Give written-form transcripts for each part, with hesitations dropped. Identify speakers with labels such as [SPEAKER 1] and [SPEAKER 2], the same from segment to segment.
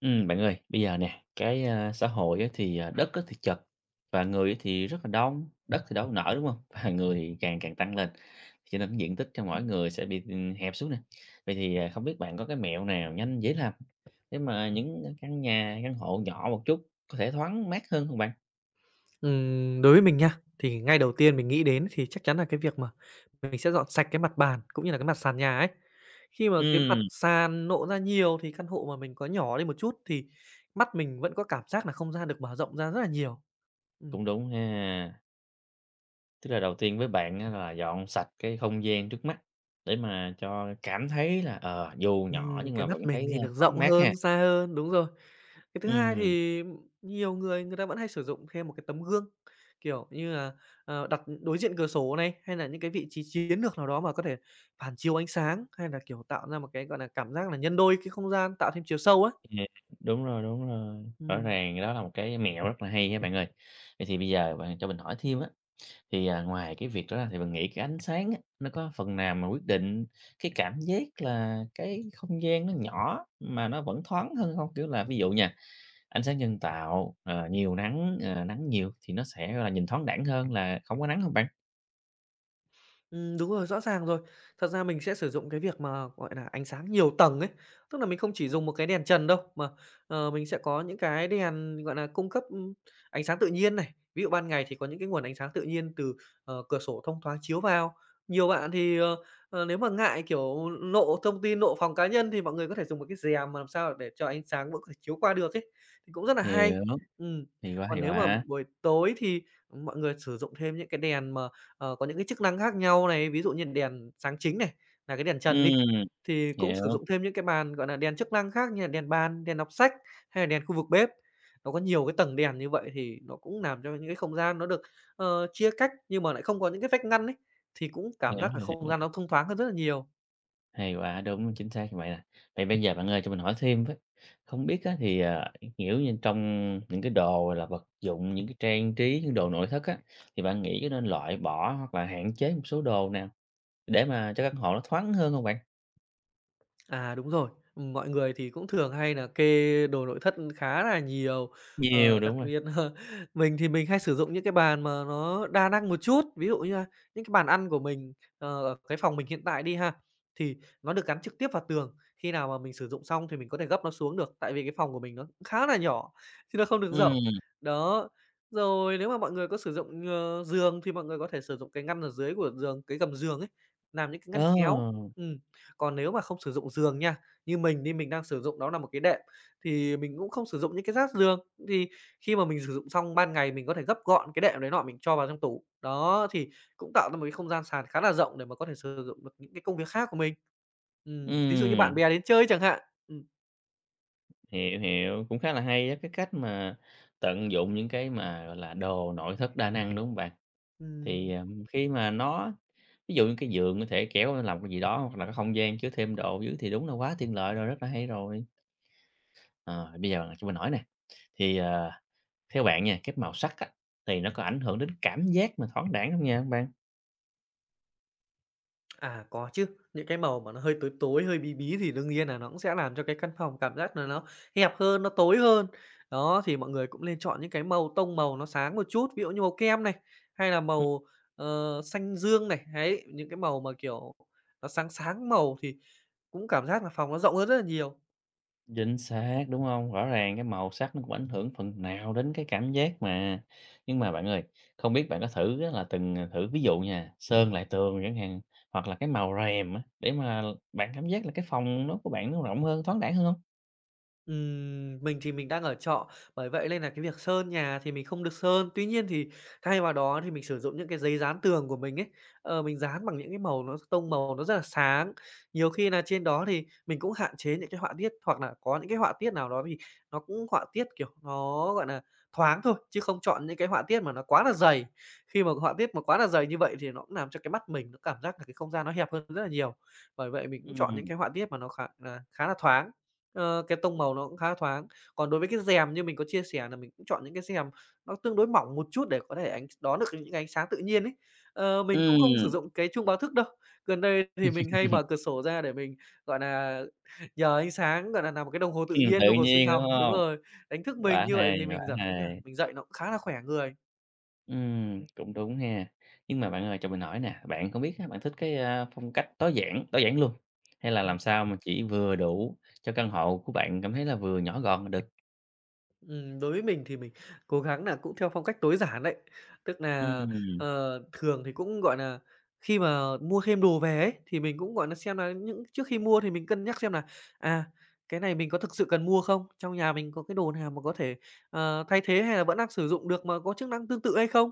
[SPEAKER 1] Bạn ơi, bây giờ nè, xã hội á thì, đất á thì chật và người á thì rất là đông, đất thì đâu có nở, đúng không. Và người thì càng càng tăng lên, cho nên cái diện tích cho mỗi người sẽ bị, hẹp xuống nè. Vậy thì, không biết bạn có cái mẹo nào nhanh, dễ làm để mà những, căn nhà, căn hộ nhỏ một chút có thể thoáng mát hơn không bạn?
[SPEAKER 2] Đối với mình nha, thì ngay đầu tiên mình nghĩ đến thì chắc chắn là cái việc mà mình sẽ dọn sạch cái mặt bàn cũng như là cái mặt sàn nhà ấy. Khi mà cái mặt
[SPEAKER 1] Ừm,
[SPEAKER 2] sàn nộ ra nhiều thì căn hộ mà mình có nhỏ đi một chút thì mắt mình vẫn có cảm giác là không gian được mở rộng ra rất là nhiều. Ừm.
[SPEAKER 1] cũng đúng ha. Tức là đầu tiên với bạn á là dọn sạch cái không gian trước mắt để mà cho cảm thấy là, dù nhỏ nhưng mà
[SPEAKER 2] Cái
[SPEAKER 1] vẫn
[SPEAKER 2] mắt mình
[SPEAKER 1] thấy,
[SPEAKER 2] nhìn được
[SPEAKER 1] thoáng
[SPEAKER 2] rộng
[SPEAKER 1] mát
[SPEAKER 2] hơn,
[SPEAKER 1] ha.
[SPEAKER 2] xa hơn, đúng rồi. Cái thứ hai
[SPEAKER 1] Ừm.
[SPEAKER 2] thì nhiều người người ta vẫn hay sử dụng thêm một cái tấm gương, kiểu như là, đặt đối diện cửa sổ này, hay là những cái vị trí chiến lược nào đó mà có thể phản chiếu ánh sáng, hay là, kiểu, tạo ra một cái, gọi là, cảm giác là nhân đôi cái không gian, tạo thêm chiều sâu ấy.
[SPEAKER 1] Ừm, đúng rồi, rõ
[SPEAKER 2] Ừm.
[SPEAKER 1] ràng đó là một cái mẹo rất là hay nha bạn ơi. Vậy thì bây giờ bạn cho mình hỏi thêm á, thì, ngoài cái việc đó ra thì bạn nghĩ cái ánh sáng á, nó có phần nào mà quyết định cái cảm giác là cái không gian nó nhỏ mà nó vẫn thoáng hơn không? Kiểu là, ví dụ nha, ánh sáng nhân tạo, nhiều nắng, nắng nhiều thì nó sẽ, gọi là, nhìn thoáng đãng hơn là không có nắng không bạn?
[SPEAKER 2] Đúng rồi, rõ ràng rồi. Thật ra mình sẽ sử dụng cái việc mà, gọi là, ánh sáng nhiều tầng ấy, tức là mình không chỉ dùng một cái đèn trần đâu, mà, mình sẽ có những cái đèn, gọi là, cung cấp, ánh sáng tự nhiên này. Ví dụ ban ngày thì có những cái nguồn ánh sáng tự nhiên từ, cửa sổ thông thoáng chiếu vào. Nhiều bạn thì, nếu mà ngại, kiểu, lộ thông tin, lộ phòng cá nhân thì mọi người có thể dùng một cái rèm mà làm sao để cho ánh sáng vẫn có thể chiếu qua được ấy, thì cũng rất là hay.
[SPEAKER 1] Hiểu,
[SPEAKER 2] Ừm,
[SPEAKER 1] thì quá,
[SPEAKER 2] còn
[SPEAKER 1] thì
[SPEAKER 2] nếu mà
[SPEAKER 1] quá.
[SPEAKER 2] buổi tối thì mọi người sử dụng thêm những cái đèn mà có những cái chức năng khác nhau này, ví dụ như đèn sáng chính này, là cái đèn trần đi,
[SPEAKER 1] Ừm,
[SPEAKER 2] thì cũng sử
[SPEAKER 1] hiểu,
[SPEAKER 2] dụng thêm những cái bàn, gọi là đèn chức năng khác như là đèn bàn, đèn đọc sách hay là đèn khu vực bếp. Nó có nhiều cái tầng đèn như vậy thì nó cũng làm cho những cái không gian nó được, chia cách nhưng mà lại không có những cái vách ngăn ấy, thì cũng cảm giác là không
[SPEAKER 1] hiểu.
[SPEAKER 2] gian nó thông thoáng hơn rất là nhiều.
[SPEAKER 1] Hay quá, đúng, chính xác như vậy nè. Vậy bây giờ bạn ơi cho mình hỏi thêm với, không biết á thì, kiểu như, trong những cái đồ, là, vật dụng, những cái trang trí, những đồ nội thất á, thì bạn nghĩ có nên loại bỏ hoặc là hạn chế một số đồ nào để mà cho căn hộ nó thoáng hơn không bạn?
[SPEAKER 2] À, đúng rồi. Mọi người thì cũng thường hay là kê đồ nội thất khá là nhiều. Ờ,
[SPEAKER 1] Nhiều,
[SPEAKER 2] đặc
[SPEAKER 1] đúng rồi.
[SPEAKER 2] biệt mình thì mình hay sử dụng những cái bàn mà nó đa năng một chút. Ví dụ như là những cái bàn ăn của mình, ở cái phòng mình hiện tại đi ha, thì nó được gắn trực tiếp vào tường. Khi nào mà mình sử dụng xong thì mình có thể gấp nó xuống được, tại vì cái phòng của mình nó cũng khá là nhỏ, chứ nó không được rộng.
[SPEAKER 1] Ừ.
[SPEAKER 2] Đó, rồi nếu mà mọi người có sử dụng, giường thì mọi người có thể sử dụng cái ngăn ở dưới của giường, cái gầm giường ấy, làm những cái
[SPEAKER 1] ờ,
[SPEAKER 2] ngăn kéo. Ừm. Còn nếu mà không sử dụng giường nha, như mình đi, mình đang sử dụng đó là một cái đệm, thì mình cũng không sử dụng những cái rát giường. Thì khi mà mình sử dụng xong ban ngày mình có thể gấp gọn cái đệm đấy nọ mình cho vào trong tủ. Đó, thì cũng tạo ra một cái không gian sàn khá là rộng để mà có thể sử dụng được những cái công việc khác của mình. Ví dụ như bạn
[SPEAKER 1] ừm,
[SPEAKER 2] bè đến chơi chẳng hạn. Ừm,
[SPEAKER 1] hiểu, hiểu, cũng khá là hay á, cái cách mà tận dụng những cái mà, gọi là, đồ nội thất đa năng, đúng không bạn? Thì,
[SPEAKER 2] ừm.
[SPEAKER 1] khi mà nó ví dụ như cái giường có thể kéo lên làm cái gì đó, hoặc là cái không gian chứa thêm đồ dưới thì đúng là quá tiện lợi rồi, rất là hay rồi. Ờ, bây giờ cho mình hỏi nè, thì, theo bạn nha, cái màu sắc á, thì nó có ảnh hưởng đến cảm giác mà thoáng đãng không nha các bạn?
[SPEAKER 2] À, có chứ, những cái màu mà nó hơi tối tối, hơi bí bí thì đương nhiên là nó cũng sẽ làm cho cái căn phòng cảm giác là nó hẹp hơn, nó tối hơn. Đó, thì mọi người cũng nên chọn những cái màu tông màu nó sáng một chút, ví dụ như màu kem này, hay là
[SPEAKER 1] Ừm,
[SPEAKER 2] màu, xanh dương này, đấy, những cái màu mà, kiểu, nó sáng sáng màu thì cũng cảm giác là phòng nó rộng hơn rất là nhiều.
[SPEAKER 1] chính xác, đúng không? Rõ ràng cái màu sắc nó cũng ảnh hưởng phần nào đến cái cảm giác mà. Nhưng mà bạn ơi, không biết bạn có thử á là từng, thử ví dụ nha, sơn lại tường chẳng hạn, hoặc là cái màu rèm á, để mà bạn cảm giác là cái phòng nó của bạn nó rộng hơn, thoáng đãng hơn hông?
[SPEAKER 2] Mình thì mình đang ở trọ, bởi vậy nên là cái việc sơn nhà thì mình không được sơn. Tuy nhiên thì thay vào đó thì mình sử dụng những cái giấy dán tường của mình ấy, mình dán bằng những cái màu nó tông màu nó rất là sáng. Nhiều khi là trên đó thì mình cũng hạn chế những cái họa tiết, hoặc là có những cái họa tiết nào đó thì nó cũng họa tiết, kiểu, nó, gọi là, thoáng thôi, chứ không chọn những cái họa tiết mà nó quá là dày. Khi mà họa tiết mà quá là dày như vậy thì nó cũng làm cho cái mắt mình nó cảm giác là cái không gian nó hẹp hơn rất là nhiều. Bởi vậy mình cũng chọn những
[SPEAKER 1] Ừm,
[SPEAKER 2] cái họa tiết mà nó khá là thoáng. Ờ, cái tông màu nó cũng khá thoáng. Còn đối với cái rèm như mình có chia sẻ là mình cũng chọn những cái rèm nó tương đối mỏng một chút để có thể ánh đón được những ánh sáng tự nhiên ấy. Ờ, mình cũng không sử
[SPEAKER 1] ừm,
[SPEAKER 2] dụng cái chuông báo thức đâu. Gần đây thì mình hay mở cửa sổ ra để mình, gọi là nhờ ánh sáng, gọi là nằm một cái đồng hồ tự nhiên,
[SPEAKER 1] tự
[SPEAKER 2] đồng hồ sinh
[SPEAKER 1] nhiên,
[SPEAKER 2] học
[SPEAKER 1] đúng
[SPEAKER 2] đúng
[SPEAKER 1] hông?
[SPEAKER 2] rồi, đánh thức mình,
[SPEAKER 1] Quá
[SPEAKER 2] như vậy
[SPEAKER 1] hay,
[SPEAKER 2] thì
[SPEAKER 1] quá
[SPEAKER 2] mình dập ấy là
[SPEAKER 1] hay.
[SPEAKER 2] mình dậy nó cũng khá là khỏe người.
[SPEAKER 1] Cũng đúng ha. Nhưng mà bạn ơi, cho mình hỏi nè, bạn không biết á, bạn thích cái, phong cách tối giản luôn, hay là
[SPEAKER 2] Ừ.
[SPEAKER 1] làm sao mà chỉ vừa đủ cho căn hộ của bạn cảm thấy là vừa nhỏ gọn là được?
[SPEAKER 2] Đối với mình thì mình cố gắng nà cũng theo phong cách tối giản đấy. Tức nà,
[SPEAKER 1] Ừm,
[SPEAKER 2] thường thì cũng, gọi nà, khi mà mua thêm đồ về ấy, thì mình cũng, gọi nà, xem nà những trước khi mua thì mình cân nhắc xem nà, à, cái này mình có thực sự cần mua không? Trong nhà mình có cái đồ nào mà có thể, thay thế hay là vẫn đang sử dụng được mà có chức năng tương tự hay không?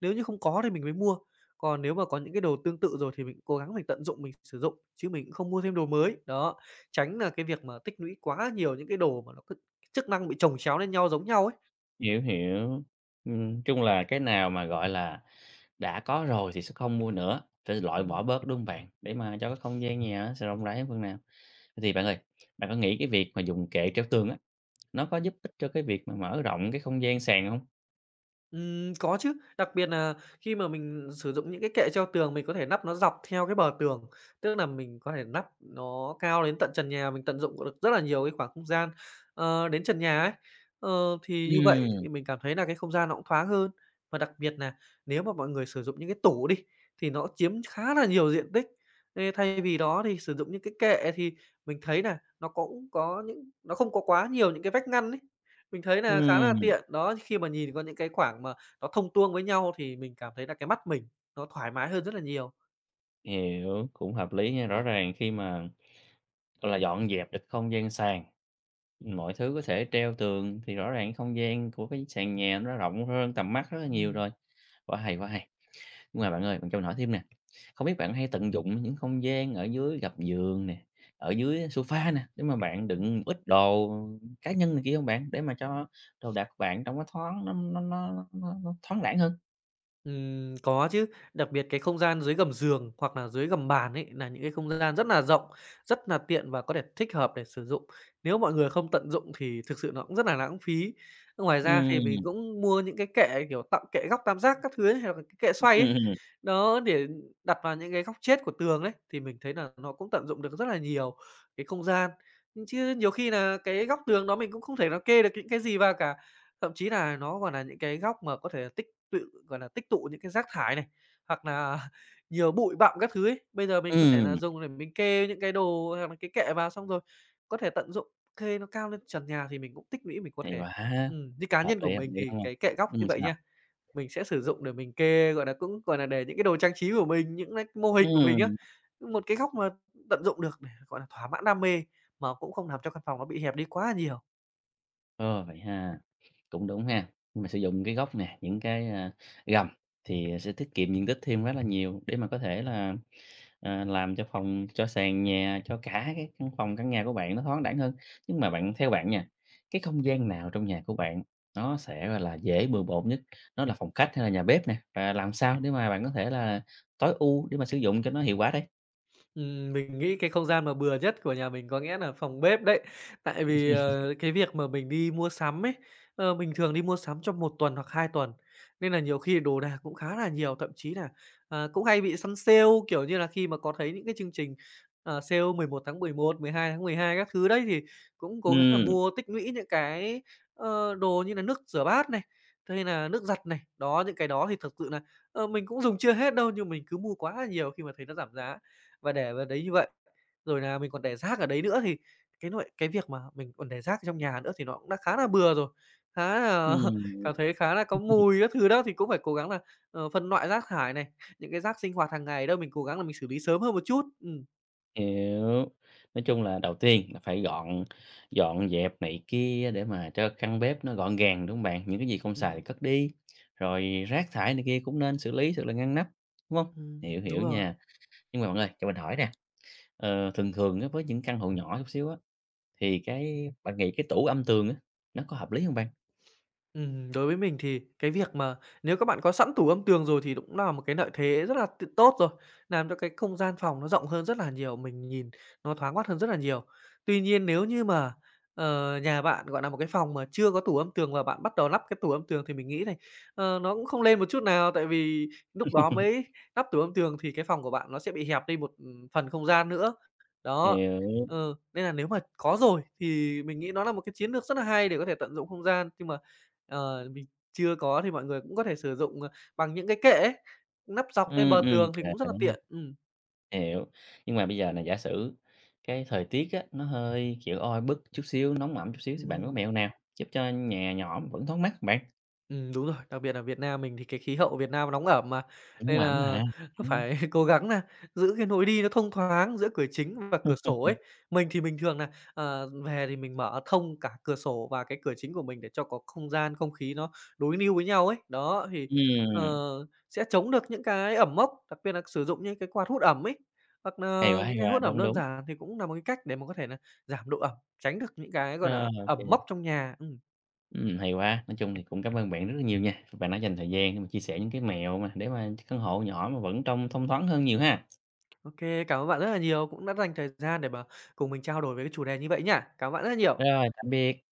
[SPEAKER 2] Nếu như không có thì mình mới mua, còn nếu mà có những cái đồ tương tự rồi thì mình cố gắng mình tận dụng, mình sử dụng, chứ mình cũng không mua thêm đồ mới. Đó, tránh nà cái việc mà tích lũy quá nhiều những cái đồ mà nó chức năng bị chồng chéo lên nhau giống nhau ấy.
[SPEAKER 1] hiểu. Chung là cái nào mà, gọi là, đã có rồi thì sẽ không mua nữa, phải loại bỏ
[SPEAKER 2] Ừm.
[SPEAKER 1] bớt, đúng hông bạn? Để mà cho cái không gian nhà á sẽ rộng rãi hơn phần nào. Vậy thì bạn ơi, bạn có nghĩ cái việc mà dùng kệ treo tường á nó có giúp ích cho cái việc mà mở rộng cái không gian sàn hông?
[SPEAKER 2] Có chứ, đặc biệt nà khi mà mình sử dụng những cái kệ treo tường, mình có thể nắp nó dọc theo cái bờ tường, tức là mình có thể nắp nó cao đến tận trần nhà, mình tận dụng được rất là nhiều cái khoảng không gian, đến trần nhà ấy. Ờ, thì như vậy
[SPEAKER 1] Ừm,
[SPEAKER 2] thì mình cảm thấy nà cái không gian nó cũng thoáng hơn. Và đặc biệt nà nếu mà mọi người sử dụng những cái tủ đi, thì nó chiếm khá là nhiều diện tích. Ê, thay vì đó thì sử dụng những cái kệ thì mình thấy nà nó cũng có những nó không có quá nhiều những cái vách ngăn ấy. Mình thấy là khá là
[SPEAKER 1] Ừm,
[SPEAKER 2] tiện. Đó, khi mà nhìn có những cái khoảng mà nó thông tuông với nhau thì mình cảm thấy là cái mắt mình nó thoải mái hơn rất là nhiều.
[SPEAKER 1] hiểu, cũng hợp lý nha. Rõ ràng khi mà, gọi là, dọn dẹp được không gian sàn, mọi thứ có thể treo tường thì rõ ràng không gian của cái sàn nhà nó rộng hơn tầm mắt rất là nhiều
[SPEAKER 2] Ừm.
[SPEAKER 1] rồi. Quá hay, quá hay! Nhưng mà bạn ơi, bạn cho mình hỏi thêm nè, không biết bạn hay tận dụng những không gian ở dưới gầm giường nè, ở dưới sofa nè, để mà bạn đựng ít đồ cá nhân này kia hông bạn? Để mà cho đồ đạc của bạn trông nó thoáng, nó thoáng đãng hơn.
[SPEAKER 2] Có chứ, đặc biệt cái không gian dưới gầm giường hoặc là dưới gầm bàn ấy là những cái không gian rất là rộng, rất là tiện và có thể thích hợp để sử dụng. Nếu mọi người không tận dụng thì thực sự nó cũng rất là lãng phí. Ngoài ra thì mình
[SPEAKER 1] Ừm.
[SPEAKER 2] cũng mua những cái kệ, kiểu, tặng kệ góc tam giác các thứ ấy, hoặc là cái kệ
[SPEAKER 1] Ừm,
[SPEAKER 2] xoay ấy,
[SPEAKER 1] ừm,
[SPEAKER 2] đó, để đặt vào những cái góc chết của tường đấy thì mình thấy là nó cũng tận dụng được rất là nhiều cái không gian. Chứ nhiều khi là cái góc tường đó mình cũng không thể nó kê được những cái gì vào cả, thậm chí là nó còn là những cái góc mà có thể là tích tự, gọi là, tích tụ những cái rác thải này, hoặc là nhiều bụi bặm các thứ ấy. Bây giờ mình có thể là
[SPEAKER 1] ừm,
[SPEAKER 2] dùng để mình kê những cái đồ hoặc là cái kệ vào, xong rồi có thể tận dụng kê nó cao lên trần nhà thì mình cũng tích lũy, mình có
[SPEAKER 1] hay
[SPEAKER 2] thể
[SPEAKER 1] quá!
[SPEAKER 2] như cá nhân của
[SPEAKER 1] Hợp
[SPEAKER 2] mình
[SPEAKER 1] lý,
[SPEAKER 2] thì
[SPEAKER 1] đúng hông?
[SPEAKER 2] cái kệ góc như vậy
[SPEAKER 1] Sao?
[SPEAKER 2] nha, mình sẽ sử dụng để mình kê, gọi là, cũng, gọi là, để những cái đồ trang trí của mình, những cái mô hình của mình á,
[SPEAKER 1] Ừm,
[SPEAKER 2] một cái góc mà tận dụng được để, gọi là, thỏa mãn đam mê, mà cũng không làm cho căn phòng nó bị hẹp đi quá nhiều.
[SPEAKER 1] ờ, vậy ha, cũng đúng ha. Nhưng mà sử dụng cái gốc nè, những cái, gầm thì sẽ tiết kiệm diện tích thêm rất là nhiều để mà có thể là, làm cho phòng cho sàn nhà, cho cả cái căn phòng, căn nhà của bạn nó thoáng đãng hơn. Nhưng mà bạn theo bạn nha, cái không gian nào trong nhà của bạn nó sẽ, gọi là, dễ bừa bộn nhất? Nó là phòng khách hay là nhà bếp nè? Và làm sao để mà bạn có thể là tối ưu để mà sử dụng cho nó hiệu quả đây?
[SPEAKER 2] Mình nghĩ cái không gian mà bừa nhất của nhà mình có nghĩa là phòng bếp đấy. Tại vì, cái việc mà mình đi mua sắm ấy, mình thường đi mua sắm trong một tuần hoặc 2 tuần, nên là nhiều khi đồ đạc cũng khá là nhiều, thậm chí là, cũng hay bị săn sale, kiểu như là, khi mà có thấy những cái chương trình, sale 11/11, 12/12 các thứ đấy thì cũng cố gắng là
[SPEAKER 1] Ừm.
[SPEAKER 2] mua tích lũy những cái, đồ như là nước rửa bát này, thế hay là nước giặt này. Đó, những cái đó thì thực sự là, mình cũng dùng chưa hết đâu, nhưng mình cứ mua quá là nhiều khi mà thấy nó giảm giá. Và để vào đấy như vậy, rồi là mình còn để rác ở đấy nữa thì cái nội cái việc mà mình còn để rác trong nhà nữa thì nó cũng đã khá là bừa rồi, khá là
[SPEAKER 1] Ừm,
[SPEAKER 2] cảm thấy khá là có mùi các thứ đó, thì cũng phải cố gắng là, phân loại rác thải này, những cái rác sinh hoạt hàng ngày đó mình cố gắng là mình xử lý sớm hơn một chút.
[SPEAKER 1] hiểu. Nói chung là đầu tiên là phải gọn dọn dẹp này kia để mà cho căn bếp nó gọn gàng, đúng không bạn? Những cái gì không xài thì
[SPEAKER 2] Ừm,
[SPEAKER 1] cất đi, rồi rác thải này kia cũng nên xử lý thật là ngăn nắp, đúng không? Hiểu,
[SPEAKER 2] đúng
[SPEAKER 1] hiểu
[SPEAKER 2] rồi.
[SPEAKER 1] nha. Nhưng mà bạn ơi, cho mình hỏi nè, thường thường á với những căn hộ nhỏ chút xíu á, thì cái bạn nghĩ cái tủ âm tường á, nó có hợp lý không bạn?
[SPEAKER 2] Đối với mình thì cái việc mà nếu các bạn có sẵn tủ âm tường rồi thì cũng là một cái lợi thế rất là tốt rồi, làm cho cái không gian phòng nó rộng hơn rất là nhiều, mình nhìn nó thoáng mắt hơn rất là nhiều. Tuy nhiên nếu như mà, nhà bạn, gọi là, một cái phòng mà chưa có tủ âm tường và bạn bắt đầu lắp cái tủ âm tường thì mình nghĩ này, nó cũng không lên một chút nào, tại vì lúc đó mới lắp tủ âm tường thì cái phòng của bạn nó sẽ bị hẹp đi một, phần không gian nữa. Đó,
[SPEAKER 1] Hiểu,
[SPEAKER 2] nên là nếu mà có rồi thì mình nghĩ nó là một cái chiến lược rất là hay để có thể tận dụng không gian, nhưng mà mình chưa có thì mọi người cũng có thể sử dụng, bằng những cái kệ ấy, nắp dọc lên bờ tường
[SPEAKER 1] kệ
[SPEAKER 2] thì cũng rất là tiện. Ừm.
[SPEAKER 1] hiểu, nhưng mà bây giờ là giả sử cái thời tiết á, nó hơi, kiểu, oi bức chút xíu, nóng ẩm chút xíu thì bạn có
[SPEAKER 2] Ừm.
[SPEAKER 1] mẹo nào giúp cho nhà nhỏ vẫn thoáng mát hông bạn?
[SPEAKER 2] Đúng rồi, đặc biệt là Việt Nam mình thì cái khí hậu Việt Nam nóng ẩm mà,
[SPEAKER 1] Cũng
[SPEAKER 2] nên
[SPEAKER 1] ẩm
[SPEAKER 2] là
[SPEAKER 1] hả?
[SPEAKER 2] cứ
[SPEAKER 1] Ừm,
[SPEAKER 2] phải cố gắng nà giữ cái lối đi nó thông thoáng giữa cửa chính và cửa sổ ấy. Mình thì mình thường nà, về thì mình mở thông cả cửa sổ và cái cửa chính của mình để cho có không gian, không khí nó đối lưu với nhau ấy. Đó, thì,
[SPEAKER 1] ừm,
[SPEAKER 2] ờ, sẽ chống được những cái ẩm mốc, đặc biệt là sử dụng những cái quạt hút ẩm ấy, hoặc là
[SPEAKER 1] hay
[SPEAKER 2] những cái
[SPEAKER 1] quá,
[SPEAKER 2] hút ẩm
[SPEAKER 1] đúng,
[SPEAKER 2] đơn
[SPEAKER 1] đúng.
[SPEAKER 2] giản thì cũng là một cái cách để mà có thể là giảm độ ẩm, tránh được những cái, gọi
[SPEAKER 1] Rồi,
[SPEAKER 2] là
[SPEAKER 1] ô
[SPEAKER 2] ẩm
[SPEAKER 1] kê,
[SPEAKER 2] mốc trong nhà. Ừm.
[SPEAKER 1] hay quá. Nói chung thì cũng cảm ơn bạn rất là nhiều nha, bạn đã dành thời gian để mà chia sẻ những cái mẹo mà để mà căn hộ nhỏ mà vẫn trông thông thoáng hơn nhiều ha.
[SPEAKER 2] OK, cảm ơn bạn rất là nhiều, cũng đã dành thời gian để mà cùng mình trao đổi về cái chủ đề như vậy nhá. Cảm ơn bạn rất là nhiều.
[SPEAKER 1] Rồi, tạm biệt.